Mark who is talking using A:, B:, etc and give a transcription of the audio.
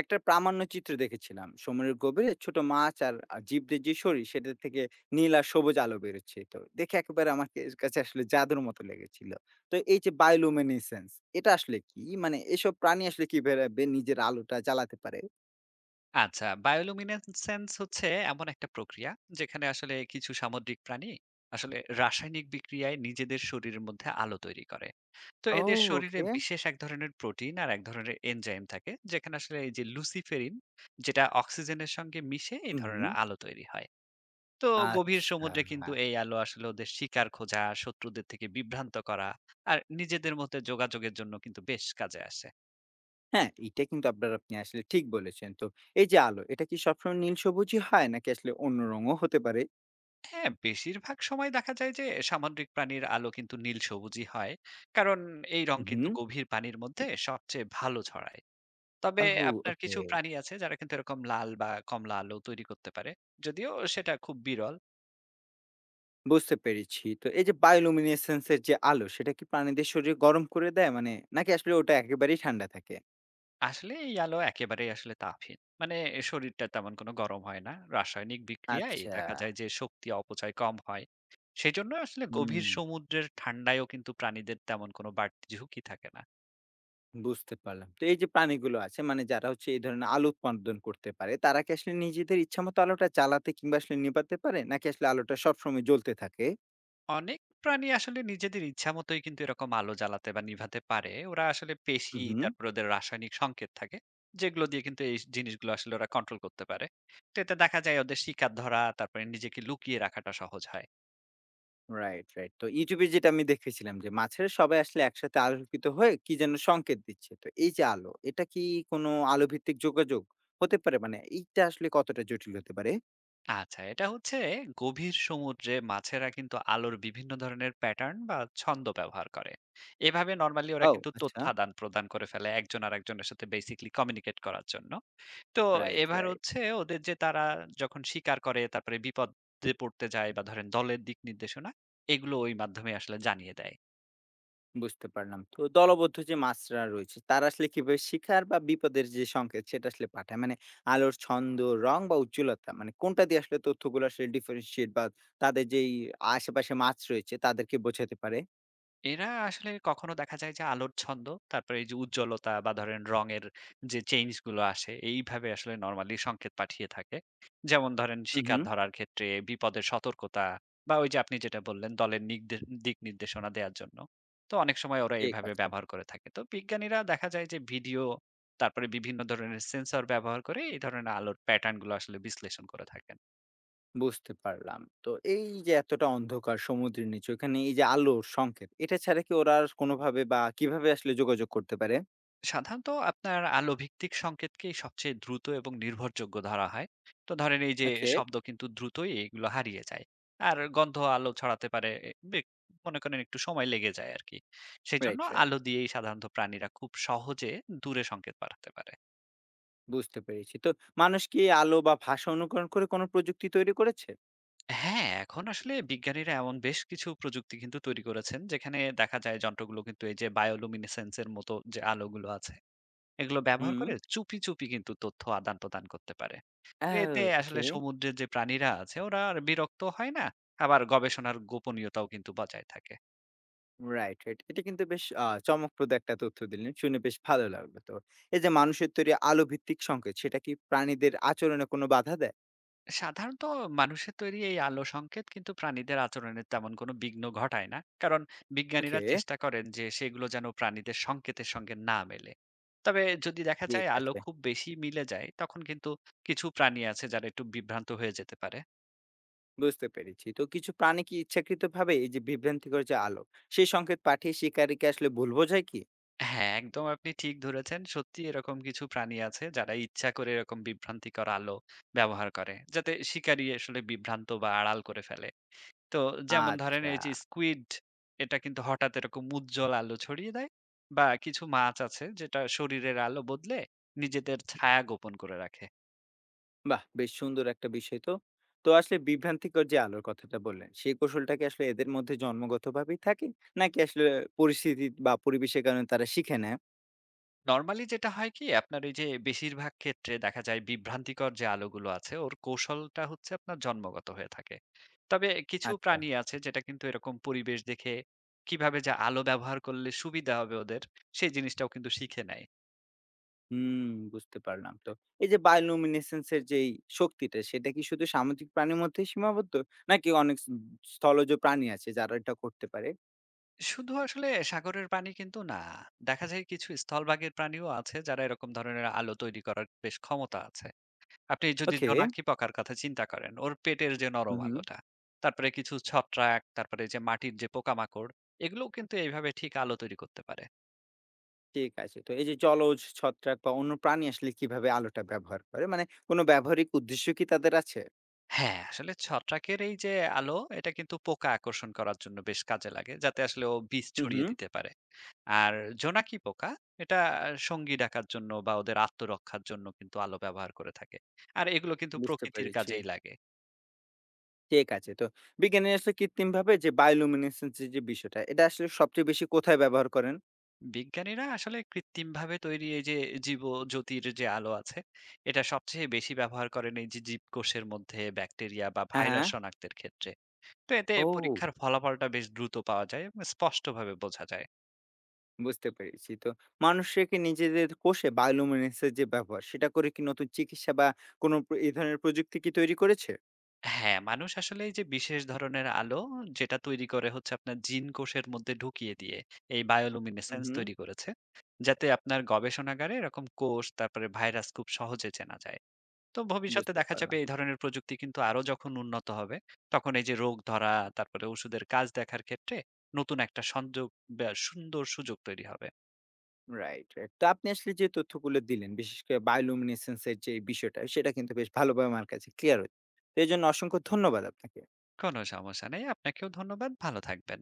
A: একটা প্রামাণ্য চিত্র দেখেছিলাম সমুদ্রের গভীরে ছোট মাছ আর আর জীবদের যে শরীর সেটা থেকে নীল আর সবুজ আলো বেরোচ্ছে। তো দেখে একেবারে আমার কাছে আসলে জাদুর মতো লেগেছিল। তো এই যে বায়োলুমিনেসেন্স, এটা আসলে কি? মানে এসব প্রাণী আসলে কি বেরাবে নিজের আলোটা জ্বালাতে পারে?
B: আচ্ছা, বায়োলুমিনেসেন্স হচ্ছে এমন একটা প্রক্রিয়া যেখানে আসলে কিছু সামুদ্রিক প্রাণী আসলে রাসায়নিক বিক্রিয়ায় নিজেদের শরীরের মধ্যে আলো তৈরি করে। তো
A: ও,
B: এদের শরীরে
A: ওকে।
B: বিশেষ এক ধরনের প্রোটিন আর এক ধরনের এনজাইম থাকে যেখানে আসলে এই যে লুসিফেরিন যেটা অক্সিজেনের সঙ্গে মিশে এই
A: হুম, হুম।
B: ধরনের আলো তৈরি হয়। তো গভীর
A: আচ্ছা।
B: সমুদ্রে কিন্তু এই আলো আসলে ওদের শিকার খোঁজা, শত্রুদের থেকে বিভ্রান্ত করা আর নিজেদের মধ্যে যোগাযোগের জন্য কিন্তু বেশ কাজে আসে।
A: হ্যাঁ, এটা কিন্তু আপনি আসলে ঠিক বলেছেন তো। এই যে আলো, এটা কি সবসময় নীল সবুজই হয় নাকি আসলে অন্য রঙও হতে পারে?
B: হ্যাঁ, বেশিরভাগ সময় দেখা যায় যে সামুদ্রিক প্রাণীর আলো কিন্তু নীল সবুজই হয়। কারণ এই রং
A: হুম,
B: কিন্তু
A: হুম।
B: গভীর পানির মধ্যে সবচেয়ে ভালো ছড়ায়। তবে
A: ও,
B: আপনার
A: ওকে।
B: কিছু প্রাণী আছে যারা কিন্তু এরকম লাল বা কমলা আলো তৈরি করতে পারে। যদিও সেটা খুব বিরল।
A: বুঝতে পেরেছি। তো এই যে বায়োলুমিনেসেন্স এর যে আলো, সেটা কি প্রাণীদের শরীর গরম করে দেয়? মানে, নাকি আসলে ওটা একেবারেই ঠান্ডা থাকে?
B: আসলে এই আলো একেবারেই আসলে তাপহীন। মানে শরীরটা তেমন কোনো গরম হয় না। রাসায়নিক বিক্রিয়ায়
A: আচ্ছা।
B: দেখা যায় যে শক্তি অপচয় কম হয়। সেজন্য আসলে
A: হুম,
B: গভীর সমুদ্রের ঠান্ডায়ও কিন্তু প্রাণীদের তেমন কোনো বাড়তি ঝুঁকি থাকে না।
A: বুঝতে পারলাম। তো এই যে প্রাণীগুলো আছে, মানে যারা হচ্ছে এই ধরনের আলো উৎপাদন করতে পারে, তারা কি আসলে নিজেদের ইচ্ছামত আলোটা জ্বালাতে কিংবা আসলে নেভাতে পারে? নাকি আসলে আলোটা সবসময় জ্বলতে থাকে?
B: অনেক প্রাণী আসলে নিজেদের ইচ্ছা মতোই কিন্তু এরকম আলো জ্বালাতে বা নিভাতে পারে। ওরা আসলে
A: হু,
B: পেশি,
A: হু।
B: তারপর ওদের রাসায়নিক সংকেত থাকে। যেগুলো দিয়ে কিন্তু এই জিনিসগুলো আসলে ওরা কন্ট্রোল করতে পারে। তো এতে দেখা যায় ওদের শিকার ধরা, তারপরে নিজেকে লুকিয়ে রাখাটা সহজ হয়।
A: Right, right. তো YouTube এ যেটা আমি দেখেছিলাম যে মাছেরা সবাই আসলে একসাথে আলোকিত হয়ে কি যেন সংকেত দিচ্ছে। তো এই যে আলো, এটা কি কোনো আলোভিত্তিক যোগাযোগ হতে পারে? মানে এইটা আসলে কতটা জটিল হতে পারে?
B: আচ্ছা, এটা হচ্ছে গভীর সমুদ্রে মাছেরা কিন্তু আলোর বিভিন্ন ধরনের প্যাটার্ন বা ছন্দ ব্যবহার করে। এভাবে নরমালি ওরা
A: ও!
B: কিন্তু তথ্য
A: আচ্ছা।
B: আদান-প্রদান করে ফেলে একজন আরেকজনের সাথে বেসিক্যালি কমিউনিকেট করার জন্য। তো
A: রাইট,
B: এবার
A: রাইট।
B: হচ্ছে ওদের যে তারা যখন স্বীকার করে তারপরে বিপদে পড়তে যায় বা ধরেন দলের দিক নির্দেশনা, এগুলো ওই মাধ্যমে আসলে জানিয়ে দেয়।
A: বুঝতে পারলাম। তো দলবদ্ধ যে মাছরা রয়েছে, তারা আসলে কিভাবে শিকার বা বিপদের যে সংকেত সেটা আসলে পাঠায়? মানে আলোর ছন্দ, রং বা উজ্জ্বলতা, মানে কোনটা দিয়ে আসলে তথ্যগুলো আসলে ডিফারেনশিয়েট বা তাদের যেই আশেপাশে মাছ রয়েছে তাদেরকে বোঝাতে পারে?
B: এরা আসলে কখনো দেখা যায় যে আলোর ছন্দ, তারপরে এই যে উজ্জ্বলতা বা ধরেন রঙের যে চেঞ্জ গুলো আসে, এইভাবে আসলে নরমালি সংকেত পাঠিয়ে থাকে। যেমন ধরেন
A: হু, হু।
B: শিকার ধরার ক্ষেত্রে, বিপদের সতর্কতা বা ওই যে আপনি যেটা বললেন দলের নিগদে দিক নির্দেশনা দেওয়ার জন্য। তো অনেক সময় ওরা
A: ঠিক
B: এইভাবে
A: আছে।
B: ব্যবহার করে থাকে। তো বিজ্ঞানীরা দেখা যায় যে ভিডিও, তারপরে বিভিন্ন ধরনের সেন্সর ব্যবহার করে এই ধরনের আলোর প্যাটার্ন গুলো আসলে বিশ্লেষণ করে থাকেন।
A: বুঝতে পারলাম। তো এই যে এতটা অন্ধকার সমুদ্রের নিচে, ওখানে এই যে আলোর সংকেত, এটা ছাড়া কি ওরা আর কোনোভাবে বা কিভাবে আসলে যোগাযোগ করতে পারে?
B: সাধারণত আপনার আলো ভিত্তিক সংকেতকেই সবচেয়ে দ্রুত এবং নির্ভরযোগ্য ধরা হয়। তো ধরেন এই যে
A: ওকে।
B: শব্দ কিন্তু দ্রুতই এগুলো হারিয়ে যায়, আর গন্ধ আলো ছড়াতে পারে মনে করেন একটু সময় লেগে যায় আর কি। সেই জন্য
A: রাইট, রাইট।
B: আলো দিয়েই সাধারণত প্রাণীরা খুব সহজে দূরে সংকেত পাঠাতে পারে।
A: বুঝতে পেরেছি। তো মানুষ কি আলো বা ভাষা অনুকরণ করে কোনো প্রযুক্তি তৈরি করেছে?
B: হ্যাঁ, এখন আসলে বিজ্ঞানীরা এমন বেশ কিছু প্রযুক্তি কিন্তু তৈরি করেছেন যেখানে দেখা যায় যন্ত্রগুলো কিন্তু এই যে বায়োলুমিনেসেন্সের মতো যে আলোগুলো আছে এগুলো ব্যবহার
A: হুম।
B: করে চুপি চুপি কিন্তু তথ্য আদান-প্রদান করতে পারে।
A: ও,
B: তো এতে আসলে
A: ওকে।
B: সমুদ্রের যে প্রাণীরা আছে ওরা আর বিরক্ত হয় না, আবার গবেষণার গোপনীয়তাও কিন্তু বজায় থাকে।
A: Right, right. এটা কিন্তু বেশ চমকপ্রদ একটা তথ্য দিলেন। শুনে বেশ ভালো লাগলো তো। এই যে মানুষের তৈরি আলো ভিত্তিক সংকেত, সেটা কি প্রাণীদের আচরণে কোনো বাধা দেয়?
B: সাধারণত মানুষের তৈরি এই আলো সংকেত কিন্তু প্রাণীদের আচরণের তেমন কোনো বিঘ্ন ঘটায় না। কারণ বিজ্ঞানীরা
A: ওকে,
B: চেষ্টা করেন যে সেগুলো যেন প্রাণীদের সংকেতের সঙ্গে না মেলে। তবে যদি দেখা
A: ঠিক
B: যায় আলো
A: আছে।
B: খুব বেশি মিলে যায় তখন কিন্তু কিছু প্রাণী আছে যারা একটু বিভ্রান্ত হয়ে যেতে পারে।
A: বুঝতে পেরেছি। তো কিছু প্রাণী কি ইচ্ছাকৃতভাবে এই যে বিভ্রান্তিকর যে আলো, সেই সংকেত পাঠিয়ে শিকারীকে আসলে ভুল বোঝায় কি?
B: হ্যাঁ, একদম আপনি ঠিক ধরেছেন। সত্যিই এরকম কিছু প্রাণী আছে যারা ইচ্ছা করে এরকম বিভ্রান্তিকর আলো ব্যবহার করে। যাতে শিকারী আসলে বিভ্রান্ত বা আড়াল করে ফেলে। তো যেমন ধরেন
A: আচ্ছা,
B: এই যে স্কুইড, এটা কিন্তু হঠাৎ এরকম উজ্জ্বল আলো ছড়িয়ে দেয় বা কিছু মাছ আছে যেটা শরীরের আলো বদলে নিজেদের ছায়া গোপন করে রাখে।
A: বাহ! বেশ সুন্দর একটা বিষয় তো। তো আসলে বিভ্রান্তিকর যে আলোর কথাটা বললেন, সেই কৌশলটা কি আসলে এদের মধ্যে জন্মগতভাবেই থাকে? নাকি আসলে পরিস্থিতি বা পরিবেশের কারণে তারা শিখে নেয়?
B: নরমালি যেটা হয় কি আপনার এই যে বেশিরভাগ ক্ষেত্রে দেখা যায় বিভ্রান্তিকর যে আলোগুলো আছে ওর কৌশলটা হচ্ছে আপনার জন্মগত হয়ে থাকে। তবে কিছু
A: আচ্ছা,
B: প্রাণী আছে যেটা কিন্তু এরকম পরিবেশ দেখে কিভাবে যে আলো ব্যবহার করলে সুবিধা হবে ওদের সেই জিনিসটাও কিন্তু শিখে নেয়।
A: হুম, বুঝতে পারলাম তো। এই যে বায়োলুমিনেসেন্স এর যেই শক্তিটা, সেটা কি শুধু সামুদ্রিক প্রাণীর মধ্যেই সীমাবদ্ধ? নাকি অনেক স্থলজ প্রাণী আছে যারা এটা করতে পারে?
B: শুধু আসলে সাগরের প্রাণী কিন্তু না। দেখা যায় কিছু স্থলভাগের প্রাণীও আছে যারা এরকম ধরনের আলো তৈরি করার বেশ ক্ষমতা আছে। আপনি যদি
A: ওকে,
B: জোনাকি পোকার কথা চিন্তা করেন, ওর পেটের যে নরম
A: হুম।
B: আলোটা, তারপরে কিছু ছত্রাক, তারপরে যে মাটির যে পোকামাকড়, এগুলোও কিন্তু এইভাবে ঠিক আলো তৈরি করতে পারে।
A: ঠিক আছে। তো এই যে জলজ ছত্রাক বা অন্য প্রাণী আসলে কিভাবে আলোটা ব্যবহার করে? মানে কোনো ব্যবহারিক উদ্দেশ্য কি তাদের আছে?
B: হ্যাঁ, আসলে ছত্রাকের এই যে আলো, এটা কিন্তু পোকা আকর্ষণ করার জন্য বেশ কাজে লাগে, যাতে আসলে ও বিষ
A: হুম,
B: ছড়িয়ে
A: হুম।
B: দিতে পারে। আর জোনাকি পোকা, এটা সঙ্গী ডাকার জন্য বা ওদের আত্মরক্ষার জন্য কিন্তু আলো ব্যবহার করে থাকে। আর এগুলো কিন্তু
A: বুঝতে
B: প্রকৃতির
A: পেরেছি।
B: কাজেই লাগে।
A: ঠিক আছে। তো বিজ্ঞানীরা আসলে কৃত্রিমভাবে যে বায়োলুমিনেসেন্স এর যে বিষয়টা, এটা আসলে সবচেয়ে বেশি কোথায় ব্যবহার করেন?
B: বিজ্ঞানীরা আসলে কৃত্রিমভাবে তৈরি এই যে জীব জ্যোতির যে আলো আছে এটা সবচেয়ে বেশি ব্যবহার করেন এই যে জীবকোষের মধ্যে ব্যাকটেরিয়া বা
A: হ্যাঁ,
B: ভাইরাস
A: হ্যাঁ।
B: শনাক্তের ক্ষেত্রে। তো এতে
A: ও!
B: পরীক্ষার ফলাফলটা বেশ দ্রুত পাওয়া যায় এবং স্পষ্টভাবে বোঝা যায়।
A: বুঝতে পেরেছি। তো মানুষরা কি নিজেদের কোষে বায়োলুমিনেসেন্স এর যে ব্যবহার, সেটা করে কি নতুন চিকিৎসা বা কোনো এই ধরনের প্রযুক্তি কি তৈরি করেছে?
B: হ্যাঁ, মানুষ আসলে এই যে বিশেষ ধরনের আলো যেটা তৈরি করে হচ্ছে আপনার জিন কোষের মধ্যে ঢুকিয়ে দিয়ে এই
A: হুম,
B: বায়োলুমিনেসেন্স
A: হুম।
B: তৈরি করেছে যাতে আপনার গবেষণাগারে এরকম কোষ তারপরে ভাইরাস খুব সহজে চেনা যায়। তো ভবিষ্যতে
A: বুঝতে
B: দেখা যাবে
A: পারলাম।
B: এই ধরনের প্রযুক্তি কিন্তু আরো যখন উন্নত হবে, তখন এই যে রোগ ধরা, তারপরে ওষুধের কাজ দেখার ক্ষেত্রে নতুন একটা সংযোগ বা সুন্দর সুযোগ তৈরি হবে।
A: Right, right. তো আপনি আসলে যে তথ্যগুলো দিলেন, বিশেষ করে বায়োলুমিনেসেন্স এর যে বিষয়টা, সেটা কিন্তু বেশ ভালোভাবে আমার কাছে ক্লিয়ার হয়েছে। তো এজন্য অসংখ্য ধন্যবাদ আপনাকে।
B: কোনো সমস্যা নেই। আপনাকেও ধন্যবাদ। ভালো থাকবেন।